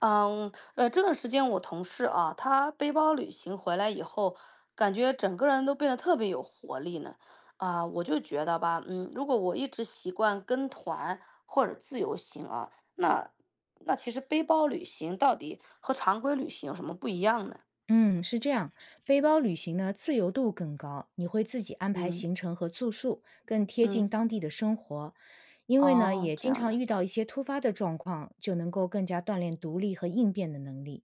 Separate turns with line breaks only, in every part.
这段时间我同事啊，他背包旅行回来以后，感觉整个人都变得特别有活力呢。啊，我就觉得吧，如果我一直习惯跟团或者自由行啊，那其实背包旅行到底和常规旅行有什么不一样呢？
嗯，是这样，背包旅行呢，自由度更高，你会自己安排
嗯
行程和住宿，更贴近
嗯，
当地的生活。因为呢，
哦，
也
这
经
样
常
的，
遇到一些突发的状况，就能够更加锻炼独立和应变的能力。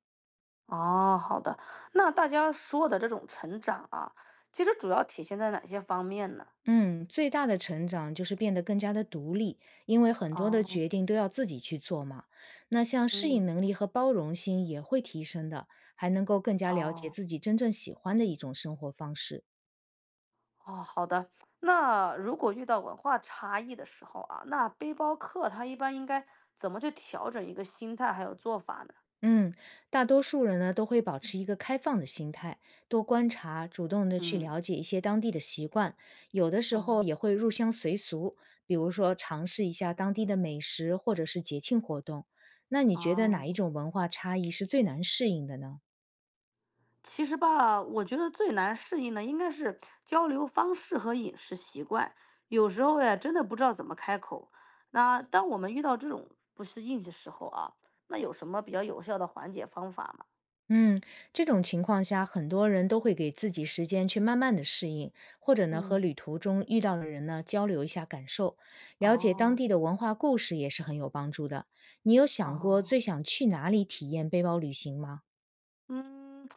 哦，好的。那大家说的这种成长啊，其实主要体现在哪些方面呢？
嗯，最大的成长就是变得更加的独立，因为很多的
哦，
决定都要自己去做嘛。那像适
嗯，
应能力和包容心也会提升的，还能够更加了解
哦。
自己真正喜欢的一种生活方式。
哦，好的。那如果遇到文化差异的时候啊，那背包客他一般应该怎么去调整一个心态还有做法呢？
嗯，大多数人呢都会保持一个开放的心态，多观察，主动的去
嗯，
了解一些当地的习惯，有的时
哦，
候也会入乡随俗，比如说尝试一下当地的美食或者是节庆活动。那你觉得
哦，
哪一种文化差异是最难适应的呢？
其实吧，我觉得最难适应的应该是交流方式和饮食习惯，有时候呀，真的不知道怎么开口。那当我们遇到这种不适应的时候啊，那有什么比较有效的缓解方法吗？
嗯，这种情况下，很多人都会给自己时间去慢慢的适应，或者呢和
嗯，
旅途中遇到的人呢交流一下感受，了解当
哦，
地的文化故事也是很有帮助的。你有想过
哦。
最想去哪里体验背包旅行吗？
嗯，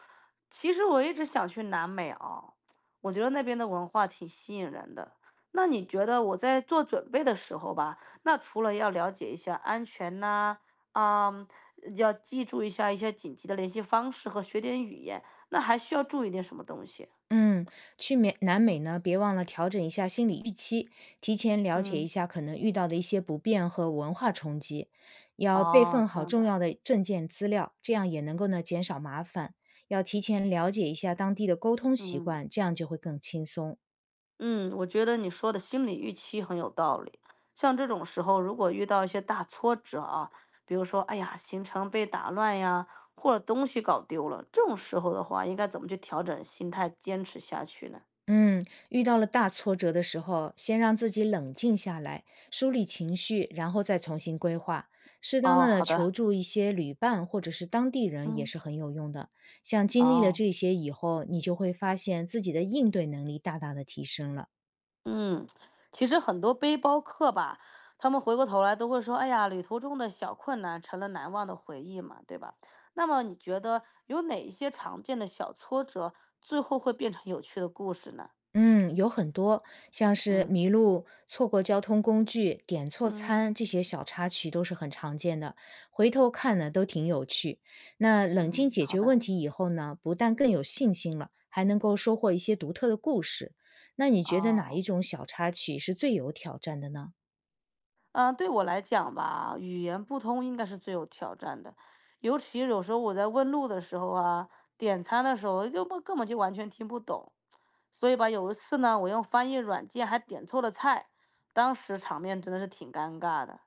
其实我一直想去南美啊，我觉得那边的文化挺吸引人的。那你觉得我在做准备的时候吧，那除了要了解一下安全呐，啊，要记住一下一些紧急的联系方式和学点语言，那还需要注意点什么东西？
嗯，去美南美呢，别忘了调整一下心理预期，提前了解一
嗯，
下可能遇到的一些不便和文化冲击，要备
哦，
份
这
好
样
重
的，
要的证件资料，这样也能够呢减少麻烦。要提前了解一下当地的沟通习
嗯。
惯，这样就会更轻松。
嗯，我觉得你说的心理预期很有道理。像这种时候，如果遇到一些大挫折啊，比如说，哎呀，行程被打乱呀，或者东西搞丢了，这种时候的话，应该怎么去调整心态，坚持下去呢？
嗯，遇到了大挫折的时候，先让自己冷静下来，梳理情绪，然后再重新规划。适当
哦，
的
好
求
的，
助一些旅伴或者是当地人也
嗯，
是很有用的。像经历了
哦，
这些以后，你就会发现自己的应对能力大大的提升了。
嗯，其实很多背包客吧，他们回过头来都会说，哎呀，旅途中的小困难成了难忘的回忆嘛，对吧？那么你觉得有哪一些常见的小挫折，最后会变成有趣的故事呢？
嗯，有很多，像是
嗯。
迷路、错过交通工具、点错
嗯，
餐这些小插曲都是很常见的。回头看呢，都挺有趣。那冷静
嗯，
解
好
决问
的，
题以后呢，不但更有信心了，还能够收获一些独特的故事。那你觉得哪一
哦，
种小插曲是最有挑战的呢？
嗯，对我来讲吧，语言不通应该是最有挑战的，尤其有时候我在问路的时候啊，点餐的时候，根本就完全听不懂，所以吧，有一次呢，我用翻译软件还点错了菜，当时场面真的是挺尴尬的。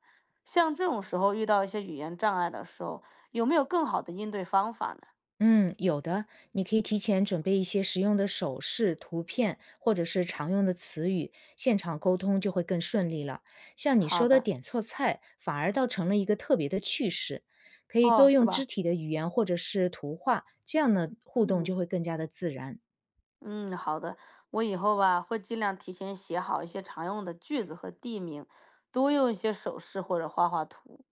像这种时候遇到一些语言障碍的时候，有没有更好的应对方法呢？
嗯，有的，你可以提前准备一些实用的手势、图片，或者是常用的词语，现场沟通就会更顺利了。像你
好
说的
的，
点错菜，反而倒成了一个特别的趣事。可以
哦，
多
是
用肢
吧？
体的语言或者是图画，这样呢，互动
嗯。
就会更加的自然。
嗯，好的，我以后吧会尽量提前写好一些常用的句子和地名，多用一些手势或者画画图。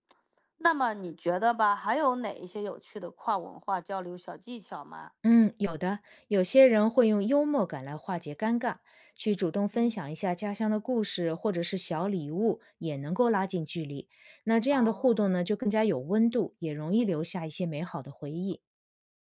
那么你觉得吧，还有哪一些有趣的跨文化交流小技巧吗？
嗯，有的，有些人会用幽默感来化解尴尬，去主动分
嗯
享一下家乡的故事或者是小礼物，也能够拉近距离。那这样的互动
哦，
呢，就更加有温度，也容易留下一些美好的回忆。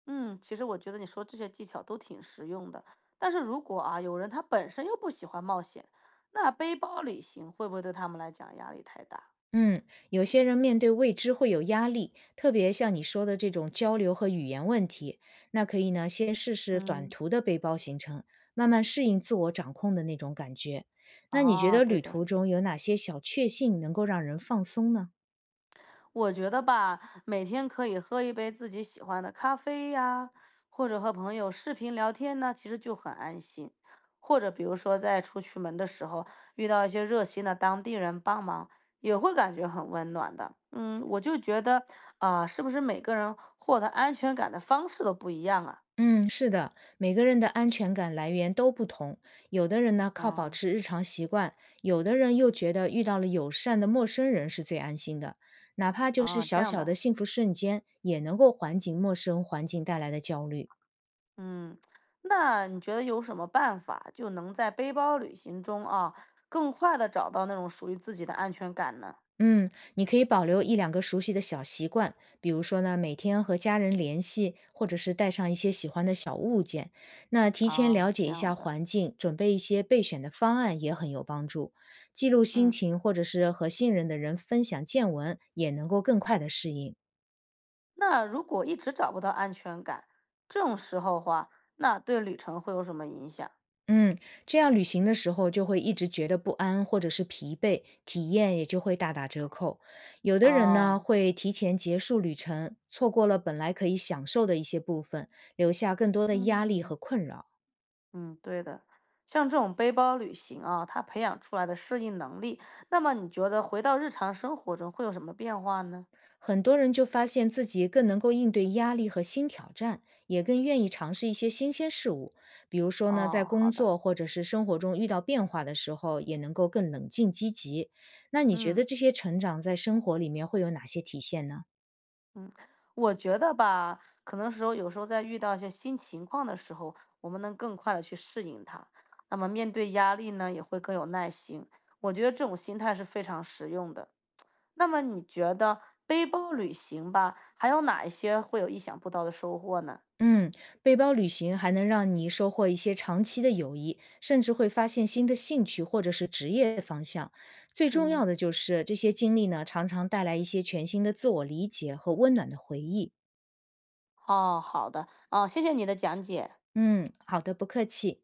嗯，其实我觉得你说这些技巧都挺实用的，但是如果啊有人他本身又不喜欢冒险，那背包旅行会不会对他们来讲压力太大？
嗯，有些人面对未知会有压力，特别像你说的这种交流和语言问题，那可以呢，先试试短
嗯。
途的背包行程，慢慢适应自我掌控的那种感觉。那你觉
哦，
得旅
对的。
途中有哪些小确幸能够让人放松呢？
我觉得吧，每天可以喝一杯自己喜欢的咖啡呀，或者和朋友视频聊天呢，其实就很安心。或者比如说在出去门的时候，遇到一些热心的当地人帮忙，也会感觉很温暖的。嗯，我就觉得啊，是不是每个人获得安全感的方式都不一样啊？
嗯，是的，每个人的安全感来源都不同。有的人呢靠保
啊
持日常习惯，有的人又觉得遇到了友善的陌生人是最安心的，哪怕就是
啊，这
小
样
小的
的，
幸福瞬间，也能够缓解陌生环境带来的焦虑。
嗯，那你觉得有什么办法就能在背包旅行中啊，更快的找到那种属于自己的安全感呢？
嗯，你可以保留一两个熟悉的小习惯，比如说呢，每天和家人联系，或者是带上一些喜欢的小物件。那提前
哦，
了解
这
一下
样的，
环境，准备一些备选的方案也很有帮助。记录心
嗯，
情，或者是和信任的人分享见闻，也能够更快的适应。
那如果一直找不到安全感，这种时候话，那对旅程会有什么影响？
嗯，这样旅行的时候就会一直觉得不安或者是疲惫，体验也就会大打折扣。有的人呢
哦，
会提前结束旅程，错过了本来可以享受的一些部分，留下更多的压力
嗯
和困扰。
嗯，对的，像这种背包旅行啊，它培养出来的适应能力，那么你觉得回到日常生活中会有什么变化呢？
很多人就发现自己更能够应对压力和新挑战，也更愿意尝试一些新鲜事物。比如说呢，在
哦，
工
好的，
作或者是生活中遇到变化的时候，也能够更冷静积极。那你觉得
嗯。
这些成长在生活里面会有哪些体现呢？
嗯，我觉得吧，可能有时候在遇到一些新情况的时候，我们能更快的去适应它。那么面对压力呢，也会更有耐心。我觉得这种心态是非常实用的。那么你觉得背包旅行吧，还有哪一些会有意想不到的收获呢？
嗯，背包旅行还能让你收获一些长期的友谊，甚至会发现新的兴趣或者是职业方向。最重要
嗯。
的就是这些经历呢，常常带来一些全新的自我理解和温暖的回忆。
哦，好的，哦，谢谢你的讲解。
嗯，好的，不客气。